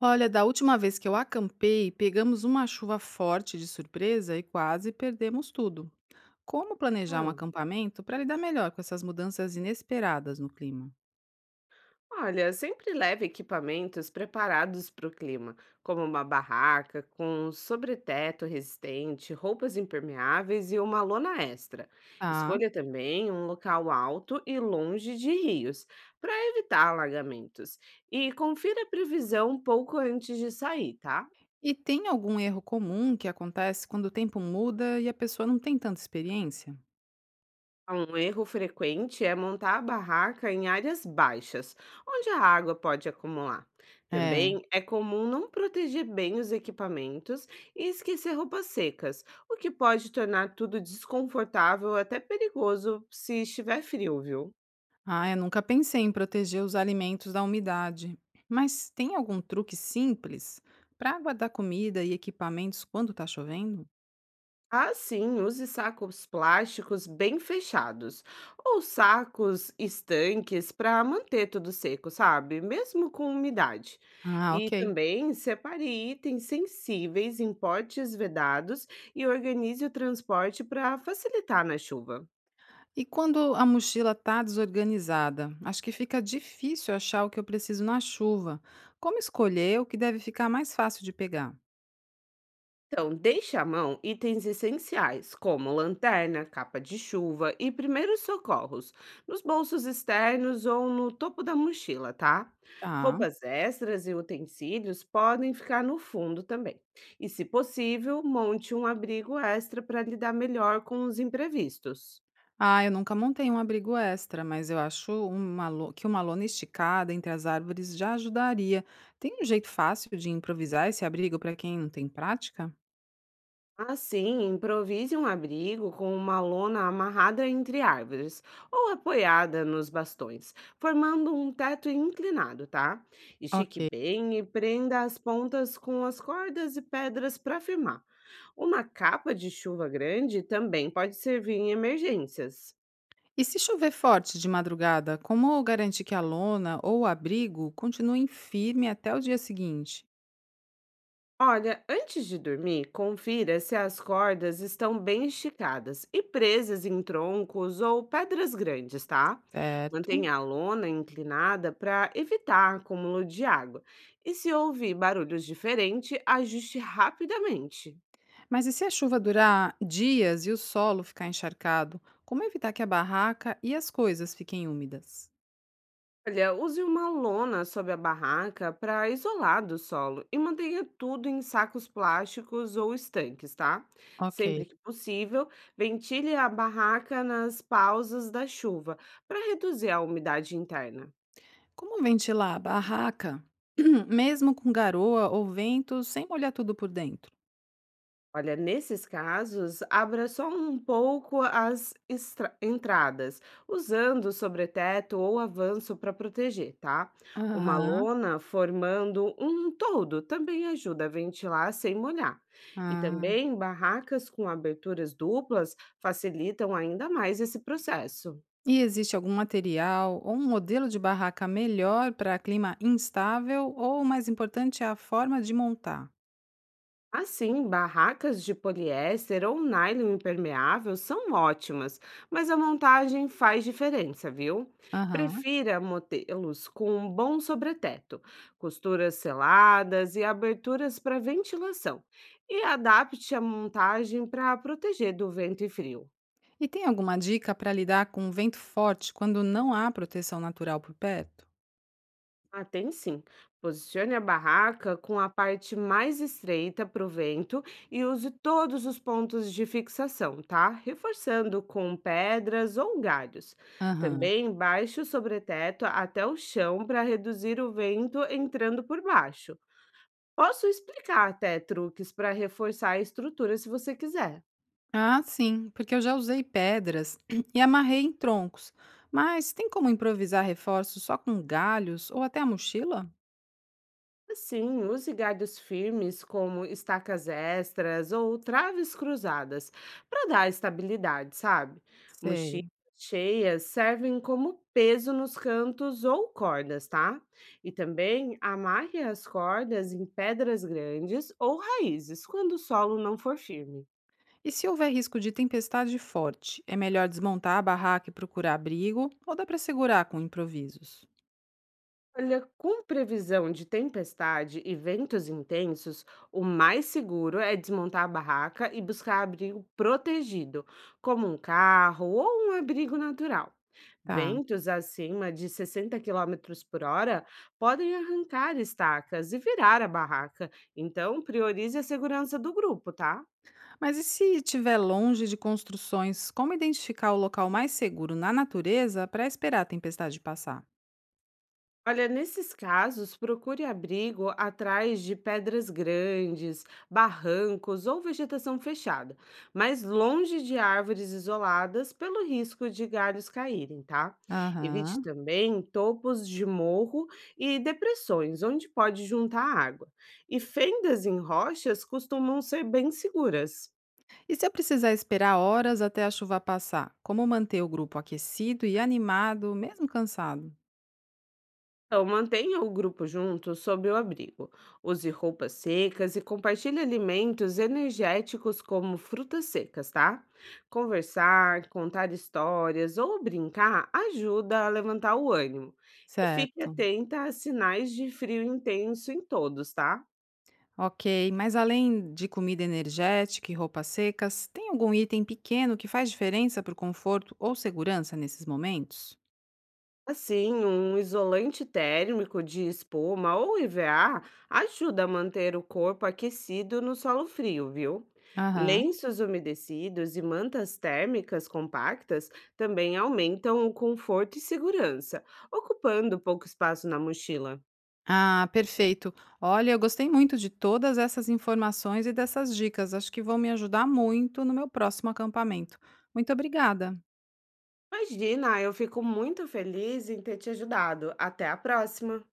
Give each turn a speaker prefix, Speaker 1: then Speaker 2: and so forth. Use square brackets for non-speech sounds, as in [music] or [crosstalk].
Speaker 1: Olha, da última vez que eu acampei, pegamos uma chuva forte de surpresa e quase perdemos tudo. Como planejar um
Speaker 2: Ah,
Speaker 1: acampamento para lidar melhor com essas mudanças inesperadas no clima?
Speaker 2: olha, sempre leve equipamentos preparados para o clima, como uma barraca com sobreteto resistente, roupas impermeáveis e uma lona extra.
Speaker 1: Ah,
Speaker 2: Escolha também um local alto e longe de rios, para evitar alagamentos. E confira a previsão um pouco antes de sair, tá?
Speaker 1: e tem algum erro comum que acontece quando o tempo muda e a pessoa não tem tanta experiência?
Speaker 2: Um erro frequente é montar a barraca em áreas baixas, onde a água pode acumular.
Speaker 1: É.
Speaker 2: Também é comum não proteger bem os equipamentos e esquecer roupas secas, o que pode tornar tudo desconfortável até perigoso se estiver frio, viu?
Speaker 1: Ah, eu nunca pensei em proteger os alimentos da umidade. Mas tem algum truque simples para guardar comida e equipamentos quando está chovendo?
Speaker 2: Ah, sim, use sacos plásticos bem fechados ou sacos estanques para manter tudo seco, sabe? Mesmo com umidade.
Speaker 1: Ah,
Speaker 2: E
Speaker 1: ok.
Speaker 2: também separe itens sensíveis em potes vedados e organize o transporte para facilitar na chuva.
Speaker 1: E quando a mochila está desorganizada, acho que fica difícil achar o que eu preciso na chuva. Como escolher o que deve ficar mais fácil de pegar?
Speaker 2: Então, deixe à mão itens essenciais, como lanterna, capa de chuva e primeiros socorros, nos bolsos externos ou no topo da mochila, tá?
Speaker 1: Ah,
Speaker 2: Roupas extras e utensílios podem ficar no fundo também. E, se possível, monte um abrigo extra para lidar melhor com os imprevistos.
Speaker 1: ah, eu nunca montei um abrigo extra, mas eu acho que uma lona esticada entre as árvores já ajudaria. Tem um jeito fácil de improvisar esse abrigo para quem não tem prática?
Speaker 2: Assim, improvise um abrigo com uma lona amarrada entre árvores ou apoiada nos bastões, formando um teto inclinado, tá?
Speaker 1: Ok.
Speaker 2: Estique bem e prenda as pontas com as cordas e pedras para firmar. Uma capa de chuva grande também pode servir em emergências.
Speaker 1: E se chover forte de madrugada, como garantir que a lona ou o abrigo continuem firme até o dia seguinte?
Speaker 2: Olha, antes de dormir, confira se as cordas estão bem esticadas e presas em troncos ou pedras grandes, tá?
Speaker 1: Certo.
Speaker 2: Mantenha a lona inclinada para evitar acúmulo de água. E se ouvir barulhos diferentes, ajuste rapidamente.
Speaker 1: Mas e se a chuva durar dias e o solo ficar encharcado? Como evitar que a barraca e as coisas fiquem úmidas?
Speaker 2: Olha, use uma lona sob a barraca para isolar do solo e mantenha tudo em sacos plásticos ou estanques, tá?
Speaker 1: Ok.
Speaker 2: Sempre que possível, ventile a barraca nas pausas da chuva para reduzir a umidade interna.
Speaker 1: Como ventilar a barraca, [clears throat] mesmo com garoa ou vento, sem molhar tudo por dentro?
Speaker 2: Olha, nesses casos, abra só um pouco as entradas, usando sobreteto ou avanço para proteger, tá? Uma
Speaker 1: Aham.
Speaker 2: lona formando um todo também ajuda a ventilar sem molhar. E
Speaker 1: Ah.
Speaker 2: também barracas com aberturas duplas facilitam ainda mais esse processo.
Speaker 1: E existe algum material ou um modelo de barraca melhor para clima instável ou, o mais importante, a forma de montar?
Speaker 2: Assim, barracas de poliéster ou nylon impermeável são ótimas, mas a montagem faz diferença, viu?
Speaker 1: Aham.
Speaker 2: Prefira modelos com um bom sobreteto, costuras seladas e aberturas para ventilação, e adapte a montagem para proteger do vento e frio.
Speaker 1: E tem alguma dica para lidar com vento forte quando não há proteção natural por perto?
Speaker 2: Ah, tem sim. Posicione a barraca com a parte mais estreita para o vento e use todos os pontos de fixação, tá? Reforçando com pedras ou galhos.
Speaker 1: Aham.
Speaker 2: Também baixe o sobreteto até o chão para reduzir o vento entrando por baixo. Posso explicar até truques para reforçar a estrutura se você quiser.
Speaker 1: Ah, sim, porque eu já usei pedras [clears throat] e amarrei em troncos. Mas tem como improvisar reforços só com galhos ou até a mochila?
Speaker 2: Sim, use galhos firmes como estacas extras ou traves cruzadas para dar estabilidade, sabe? Mochilas
Speaker 1: Sei.
Speaker 2: cheias servem como peso nos cantos ou cordas, tá? E também amarre as cordas em pedras grandes ou raízes quando o solo não for firme.
Speaker 1: E se houver risco de tempestade forte, é melhor desmontar a barraca e procurar abrigo ou dá para segurar com improvisos?
Speaker 2: Olha, com previsão de tempestade e ventos intensos, o mais seguro é desmontar a barraca e buscar abrigo protegido, como um carro ou um abrigo natural.
Speaker 1: Tá.
Speaker 2: Ventos acima de 60 quilômetros por hora podem arrancar estacas e virar a barraca, então priorize a segurança do grupo, tá?
Speaker 1: Mas e se estiver longe de construções, como identificar o local mais seguro na natureza para esperar a tempestade passar?
Speaker 2: Olha, nesses casos, procure abrigo atrás de pedras grandes, barrancos ou vegetação fechada, mas longe de árvores isoladas pelo risco de galhos caírem, tá? Evite
Speaker 1: Aham.
Speaker 2: também topos de morro e depressões, onde pode juntar água. E fendas em rochas costumam ser bem seguras.
Speaker 1: E se eu precisar esperar horas até a chuva passar, como manter o grupo aquecido e animado, mesmo cansado?
Speaker 2: Então, mantenha o grupo junto sob o abrigo. Use roupas secas e compartilhe alimentos energéticos como frutas secas, tá? Conversar, contar histórias ou brincar ajuda a levantar o ânimo. E fique
Speaker 1: Certo.
Speaker 2: atenta a sinais de frio intenso em todos, tá?
Speaker 1: Ok, mas além de comida energética e roupas secas, tem algum item pequeno que faz diferença para o conforto ou segurança nesses momentos?
Speaker 2: Assim, um isolante térmico de espuma ou IVA ajuda a manter o corpo aquecido no solo frio, viu?
Speaker 1: Aham.
Speaker 2: Lenços umedecidos e mantas térmicas compactas também aumentam o conforto e segurança, ocupando pouco espaço na mochila.
Speaker 1: Ah, perfeito. Olha, eu gostei muito de todas essas informações e dessas dicas. Acho que vão me ajudar muito no meu próximo acampamento. Muito obrigada.
Speaker 2: Imagina, eu fico muito feliz em ter te ajudado. Até a próxima!